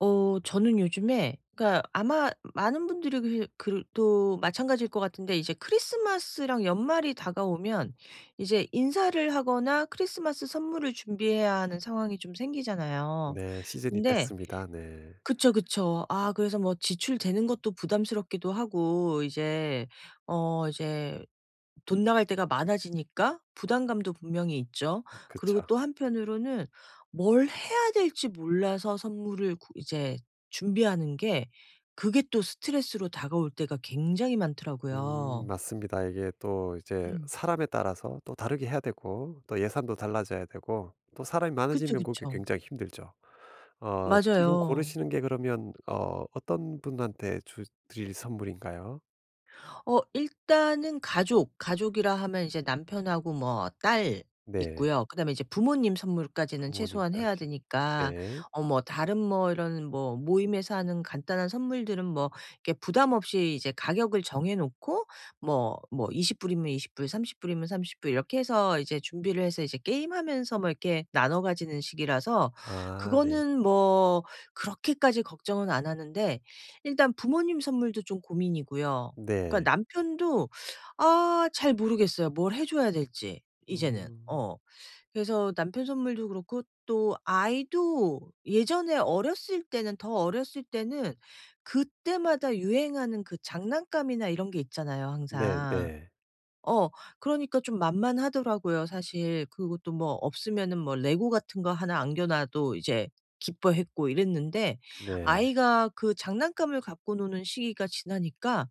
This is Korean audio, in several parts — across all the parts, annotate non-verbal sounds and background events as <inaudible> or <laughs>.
저는 요즘에 그러니까 아마 많은 분들이 그 또 마찬가지일 것 같은데, 이제 크리스마스랑 연말이 다가오면 이제 인사를 하거나 크리스마스 선물을 준비해야 하는 상황이 좀 생기잖아요. 네. 시즌이 근데, 됐습니다. 네. 그쵸, 그쵸. 그래서 뭐 지출되는 것도 부담스럽기도 하고 이제 이제 돈 나갈 때가 많아지니까 부담감도 분명히 있죠. 그리고 그쵸. 또 한편으로는 뭘 해야 될지 몰라서 선물을 구 이제 준비하는 게, 그게 또 스트레스로 다가올 때가 굉장히 많더라고요. 맞습니다. 이게 또 이제 음. 사람에 따라서 또 다르게 해야 되고 또 예산도 달라져야 되고 또 사람이 그쵸, 많아지면 그게 그쵸. 굉장히 힘들죠. 지금 맞아요. 고르시는 게 그러면 어떤 분한테 주 드릴 선물인가요? 일단은 가족이라 하면 이제 남편하고 뭐 딸 네. 있고요. 그다음에 이제 부모님 선물까지는 최소한 해야 부모님까지. 되니까, 네. 뭐 다른 뭐 이런 뭐 모임에서 하는 간단한 선물들은 뭐 이렇게 부담 없이 이제 가격을 정해 놓고 뭐 20 불이면 20불, 30 불이면 30불, 이렇게 해서 이제 준비를 해서 이제 게임하면서 뭐 이렇게 나눠 가지는 식이라서, 아 네. 그거는 뭐 그렇게까지 걱정은 안 하는데, 일단 부모님 선물도 좀 고민이고요. 네. 그러니까 남편도, 잘 모르겠어요 뭘 해 줘야 될지 이제는. 음. 어. 그래서 남편 선물도 그렇고, 또 아이도 예전에 어렸을 때는, 더 어렸을 때는 그때마다 유행하는 그 장난감이나 이런 게 있잖아요 네네. 항상. 네. 어 그러니까 좀 만만하더라고요 사실. 그것도 뭐 없으면은 뭐 레고 같은 거 하나 안겨 놔도 이제 기뻐했고 이랬는데, 네. 아이가 그 장난감을 갖고 노는 시기가 지나니까,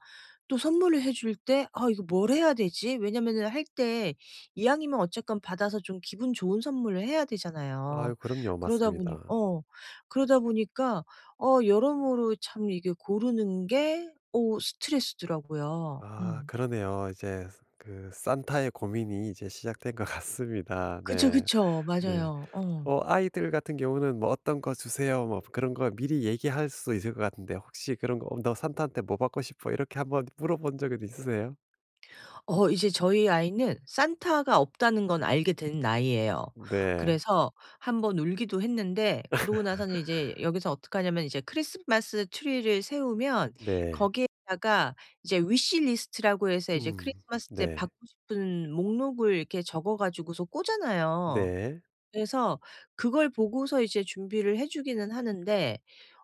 또 선물을 해줄 때 '아, 이거 뭘 해야 되지?' 왜냐면은 할 때 이왕이면 어쨌건 받아서 좀 기분 좋은 선물을 해야 되잖아요. 아유 그럼요. 그러다 보니 맞습니다. 어 그러다 보니까, 여러모로 참 이게 고르는 게, 오, 스트레스더라고요. 아 음. 그러네요. 이제 그 산타의 고민이 이제 시작된 것 <laughs> 같습니다. 그쵸, 네. 그쵸. 네. 맞아요. 어. 아이들 같은 경우는 뭐 "어떤 거 주세요." 뭐 그런 거 미리 얘기할 수도 있을 것 같은데 혹시 그런 거 "어 너 산타한테 뭐 받고 싶어?" 이렇게 한번 물어본 적은 있으세요? 이제 저희 아이는 산타가 없다는 건 알게 된 나이예요. 네. 그래서 한번 울기도 했는데, 그러고 나서는 이제 여기서 어떻게 하냐면, 이제 크리스마스 트리를 세우면 네. 거기에다가 이제 위시 리스트라고 해서 이제 음. 크리스마스 때 네. 받고 싶은 목록을 이렇게 적어 가지고서 꽂아요. 네. 그래서 그걸 보고서 이제 준비를 해 주기는 하는데,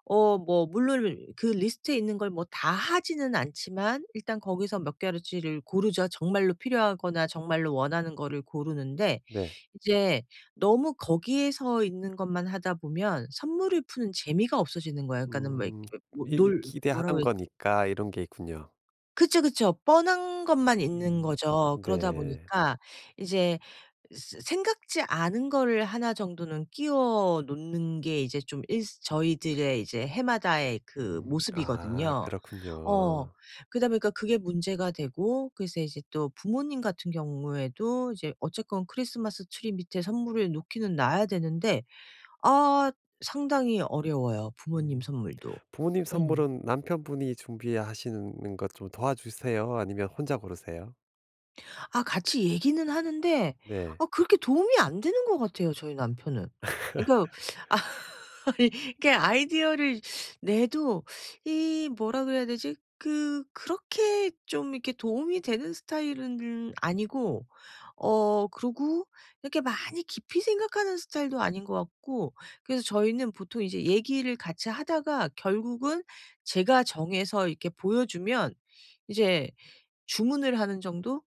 뭐 물론 그 리스트에 있는 걸 뭐 다 하지는 않지만 일단 거기서 몇 가지를 고르죠. 정말로 필요하거나 정말로 원하는 거를 고르는데, 네. 이제 너무 거기에서 있는 것만 하다 보면 선물을 푸는 재미가 없어지는 거예요. 그러니까는 막 음. 이렇게 뭐 이 놀 기대하던 뭐라고. 거니까 이런 게 있군요. 그쵸, 그쵸. 뻔한 것만 있는 음. 거죠. 그러다 네. 보니까 이제 스 생각지 않은 거를 하나 정도는 끼워 놓는 게 이제 좀 일 저희들의 이제 해마다의 그 음. 아 모습이거든요. 어. 그렇군요. 그러다 보니까 그게 문제가 되고, 그래서 이제 또 부모님 같은 경우에도 이제 어쨌건 크리스마스 트리 밑에 선물을 놓기는 놔야 되는데, 아 상당히 어려워요, 부모님 음. 선물도. 부모님 음. 선물은 남편분이 준비하시는 것 좀 도와주세요? 아니면 혼자 고르세요? 같이 얘기는 하는데, 네. 그렇게 도움이 안 되는 것 같아요 저희 남편은. 그러니까, 아 <laughs> 이게 아이디어를 내도 이 뭐라 그래야 되지? 그 그렇게 좀 이렇게 도움이 되는 스타일은 아니고, 그리고 이렇게 많이 깊이 생각하는 스타일도 아닌 것 같고. 그래서 저희는 보통 이제 얘기를 같이 하다가 결국은 제가 정해서 이렇게 보여주면 이제 주문을 하는 정도?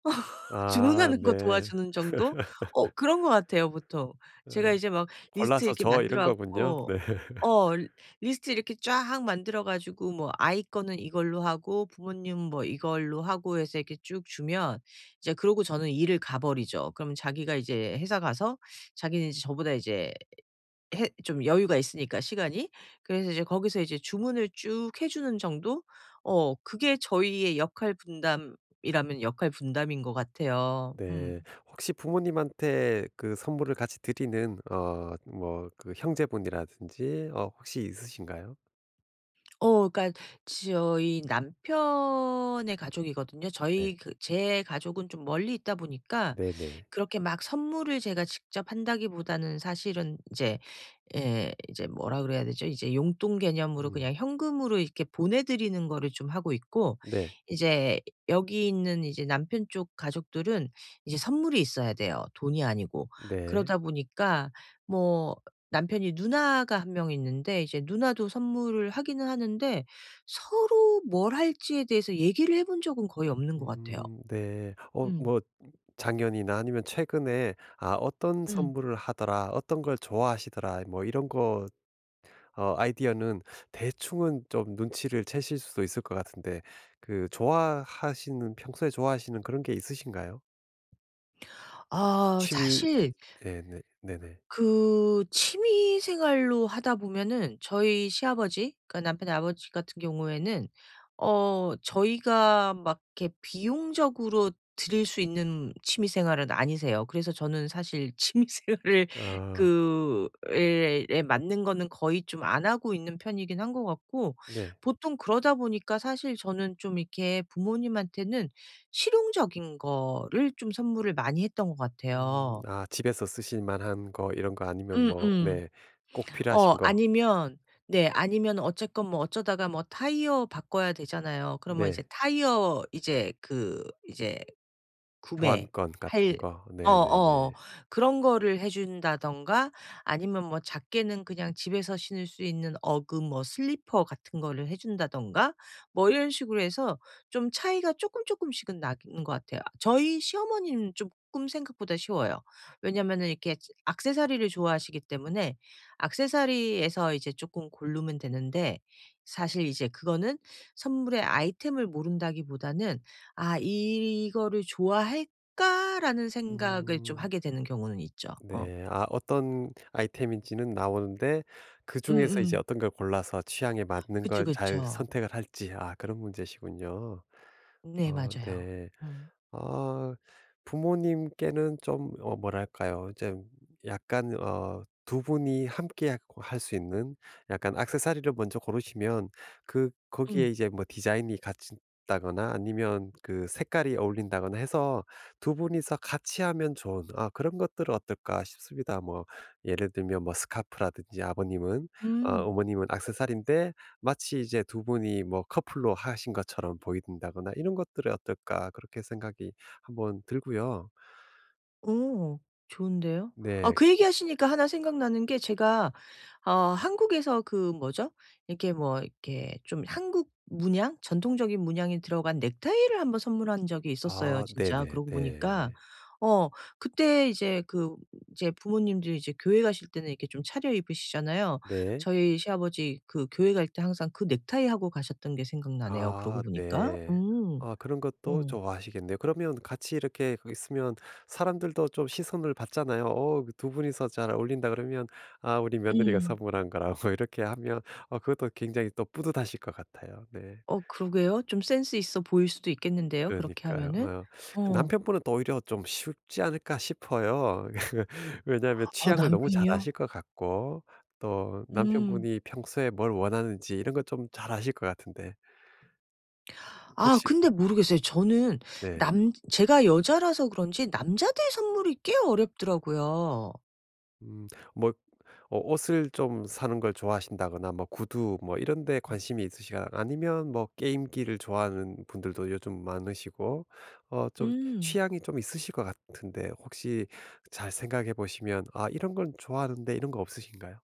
아 주문하는 거 네. 도와주는 정도? <laughs> 그런 것 같아요 보통. 어 제가 이제 막 리스트 골라서 이렇게 줘 이런 만들어 거군요. 갖고, 네. <laughs> 어 리스트 이렇게 쫙 만들어 가지고 뭐 아이 거는 이걸로 하고 부모님 뭐 이걸로 하고 해서 이렇게 쭉 주면, 이제 그러고 저는 일을 가버리죠. 그러면 자기가 이제 회사 가서, 자기는 이제 저보다 이제 해 좀 여유가 있으니까 시간이. 그래서 이제 거기서 이제 주문을 쭉 해 주는 정도? 그게 저희의 역할 분담이라면 역할 분담인 것 같아요. 음. 네. 혹시 부모님한테 그 선물을 같이 드리는 뭐 그 형제분이라든지 혹시 있으신가요? 그러니까 저희 남편의 가족이거든요. 네. 저희 그 제 가족은 좀 멀리 있다 보니까, 네네. 그렇게 막 선물을 제가 직접 한다기보다는 사실은 이제, 예, 이제 뭐라 그래야 되죠? 이제 용돈 개념으로 음. 그냥 현금으로 이렇게 보내 드리는 거를 좀 하고 있고, 네. 이제 여기 있는 이제 남편 쪽 가족들은 이제 선물이 있어야 돼요, 돈이 아니고. 네. 그러다 보니까 뭐, 남편이 누나가 한 명 있는데 이제 누나도 선물을 하기는 하는데, 서로 뭘 할지에 대해서 얘기를 해본 적은 거의 없는 것 같아요. 네. 어 음. 뭐 작년이나 아니면 최근에 '아 어떤 음. 선물을 하더라. 어떤 걸 좋아하시더라.' 뭐 이런 거 아이디어는 대충은 좀 눈치를 채실 수도 있을 것 같은데 그 좋아하시는 평소에 좋아하시는 그런 게 있으신가요? 취미 사실 예 네 네네. 그 취미 생활로 하다 보면은, 저희 시아버지, 그러니까 남편의 아버지 같은 경우에는 저희가 막 이렇게 비용적으로 드릴 수 있는 취미 생활은 아니세요. 그래서 저는 사실 <laughs> 취미 생활을 아 그 에 맞는 거는 거의 좀 안 하고 있는 편이긴 한 것 같고. 네. 보통 그러다 보니까, 사실 저는 좀 이렇게 부모님한테는 실용적인 거를 좀 선물을 많이 했던 것 같아요. 아 집에서 쓰실 만한 거 이런 거 아니면 뭐 음음. 네 꼭 필요하신 거. 아니면, 네, 아니면 어쨌건 뭐 어쩌다가 뭐 타이어 바꿔야 되잖아요. 그러면 이제 네. 타이어 이제 그 이제 구매할, 교환권 같은 거. 어어 네네네. 그런 거를 해준다던가, 아니면 뭐 작게는 그냥 집에서 신을 수 있는 어그 뭐 슬리퍼 같은 거를 해준다던가, 뭐 이런 식으로 해서 좀 차이가 조금 조금씩은 나는 것 같아요. 저희 시어머니는 조금 생각보다 쉬워요. 왜냐면은 이렇게 악세사리를 좋아하시기 때문에 액세서리에서 이제 조금 고르면 되는데, 사실 이제 그거는 선물의 아이템을 모른다기보다는 '아, 이거를 좋아할까?'라는 생각을 좀 음. 하게 되는 경우는 있죠. 어. 네. 아 어떤 아이템인지는 나오는데 그중에서 이제 음음. 어떤 걸 골라서 취향에 맞는 그쵸, 걸 잘 그쵸. 선택을 할지 아 그런 문제시군요. 네, 어 맞아요. 네. 음. 아 부모님께는 좀 뭐랄까요? 좀 약간 두 분이 함께 할 수 있는 약간 액세서리를 먼저 고르시면 그 거기에 음. 이제 뭐 디자인이 같다거나 아니면 그 색깔이 어울린다거나 해서 두 분이서 같이 하면 좋은 아 그런 것들은 어떨까 싶습니다. 뭐 예를 들면 뭐 스카프라든지 아버님은 음. 어머님은 액세서리인데 마치 이제 두 분이 뭐 커플로 하신 것처럼 보인다거나 이런 것들은 어떨까 그렇게 생각이 한번 들고요. 오, 좋은데요. 아, 네. 그 얘기하시니까 하나 생각나는 게, 제가 한국에서 그 뭐죠? 이렇게 뭐 이렇게 좀 한국 문양, 전통적인 문양이 들어간 넥타이를 한번 선물한 적이 있었어요 아 진짜 네네 그러고 보니까. 네. 어 그때 이제 그 이제 부모님들이 이제 교회 가실 때는 이렇게 좀 차려 입으시잖아요. 네. 저희 시아버지 그 교회 갈 때 항상 그 넥타이 하고 가셨던 게 생각나네요 그러고 아 보니까. 네. 음. 아 그런 것도 음. 좋아하시겠네요. 그러면 같이 이렇게 그 있으면 사람들도 좀 시선을 받잖아요. "어 그 두 분이서 잘 어울린다." 그러면 "아 우리 며느리가 음. 선물한 거라고." <laughs> 이렇게 하면 그것도 굉장히 또 뿌듯하실 것 같아요. 네. 그러게요. 좀 센스 있어 보일 수도 있겠는데요 그렇게 그러니까요. 하면은. 어. 남편분은 또 오히려 좀 쉽지 않을까 싶어요. <laughs> 왜냐하면 취향을 너무 잘 남편이요? 아실 것 같고 또 음. 남편분이 평소에 뭘 원하는지 이런 것 좀 잘 아실 것 같은데 혹시 근데 모르겠어요. 저는 네. 남 제가 여자라서 그런지 남자들 선물이 꽤 어렵더라고요. 음. 뭐 옷을 좀 사는 걸 좋아하신다거나 뭐 구두 뭐 이런 데 관심이 있으시거나 아니면 뭐 게임기를 좋아하는 분들도 요즘 많으시고 좀 음. 취향이 좀 있으실 것 같은데 혹시 잘 생각해 보시면 '아 이런 건 좋아하는데.' 이런 거 없으신가요?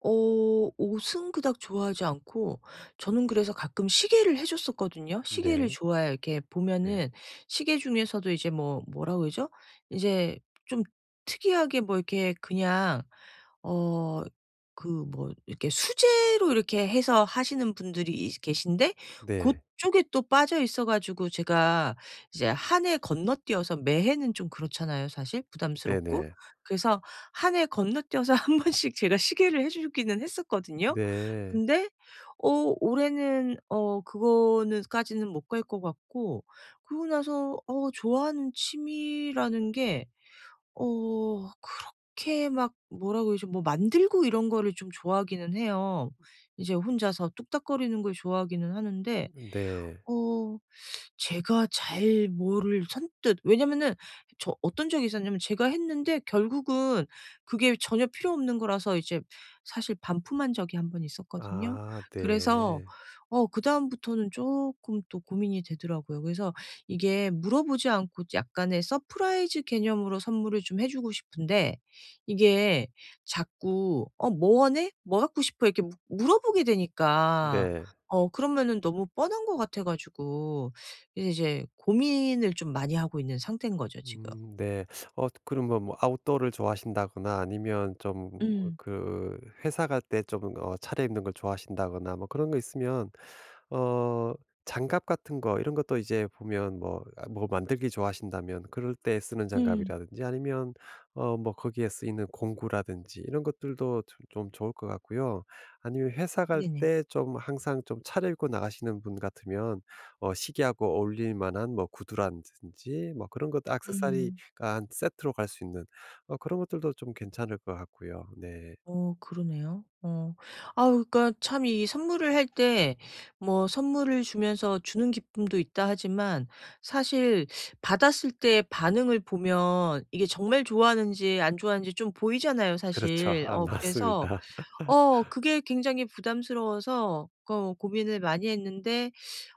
옷은 그닥 좋아하지 않고, 저는 그래서 가끔 시계를 해 줬었거든요. 시계를 네. 좋아해요 이렇게 네. 보면은. 시계 중에서도 이제, 뭐 뭐라 그러죠? 이제 좀 특이하게 뭐 이렇게 그냥 어 그 뭐 이렇게 수제로 이렇게 해서 하시는 분들이 이 계신데, 그 네. 쪽에 또 빠져 있어 가지고 제가 이제 한 해 건너뛰어서, 매해는 좀 그렇잖아요 사실, 네 부담스럽고. 네. 그래서 한 해 건너뛰어서 한 번씩 제가 시계를 해 주기는 했었거든요. 네. 근데 올해는 그거는 까지는 못 갈 것 같고, 그러고 나서 좋아하는 취미라는 게, 어 그렇게 막 뭐라 그러죠? 뭐 만들고 이런 거를 좀 좋아하기는 해요. 이제 혼자서 뚝딱거리는 걸 좋아하기는 하는데, 네. 어 제가 잘 뭐를 선뜻, 왜냐면은 저 어떤 적이 있었냐면, 제가 했는데 결국은 그게 전혀 필요 없는 거라서 이제 사실 반품한 적이 한 번 있었거든요. 아 그래서 네. 그다음부터는 쪼끔 또 고민이 되더라고요. 그래서 이게 물어보지 않고 약간의 서프라이즈 개념으로 선물을 좀 해 주고 싶은데, 이게 자꾸 "어, 뭐 원해? 뭐 갖고 싶어?" 이렇게 무 물어보게 되니까, 네. 그러면은 너무 뻔한 것 같아 가지고 이제 고민을 좀 많이 하고 있는 상태인 거죠 지금. 네. 그러면 뭐 아웃도어를 좋아하신다거나 아니면 좀 음. 그 회사 갈 때 좀 차려입는 걸 좋아하신다거나 뭐 그런 거 있으면 어 장갑 같은 거 이런 것도 이제 보면 뭐 아 뭐 만들기 좋아하신다면 그럴 때 쓰는 음. 장갑이라든지 아니면 뭐 거기에 쓰이는 공구라든지 이런 것들도 좀 좋을 것 같고요. 아니면 회사 갈 네네. 때 좀 항상 좀 차려입고 나가시는 분 같으면 시계하고 어울릴 만한 뭐 구두라든지 뭐 그런 것도 음. 액세서리가 한 세트로 갈 수 있는 그런 것들도 좀 괜찮을 것 같고요. 네. 그러네요. 어. 아, 그러니까 참 이 선물을 할 때, 뭐 선물을 주면서 주는 기쁨도 있다 하지만 사실, 받았을 때 반응을 보면 이게 정말 좋아하는지 안 좋아하는지 좀 보이잖아요 그렇죠. 사실. 아 그래서, 맞습니다. <laughs> 그게 굉장히 부담스러워서 고민을 많이 했는데,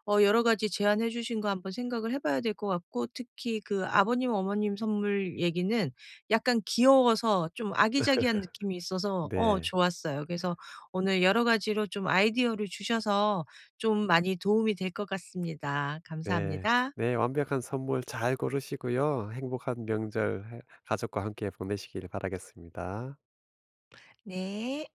여러 가지 제안해 주신 거 한번 생각을 해 봐야 될 것 같고, 특히 그 아버님 어머님 선물 얘기는 약간 귀여워서 좀 아기자기한 느낌이 있어서 네. 좋았어요. 그래서 오늘 여러 가지로 좀 아이디어를 주셔서 좀 많이 도움이 될 것 같습니다. 네. 감사합니다. 네. 완벽한 선물 잘 고르시고요. 행복한 명절 해 가족과 함께 보내시길 바라겠습니다. 네.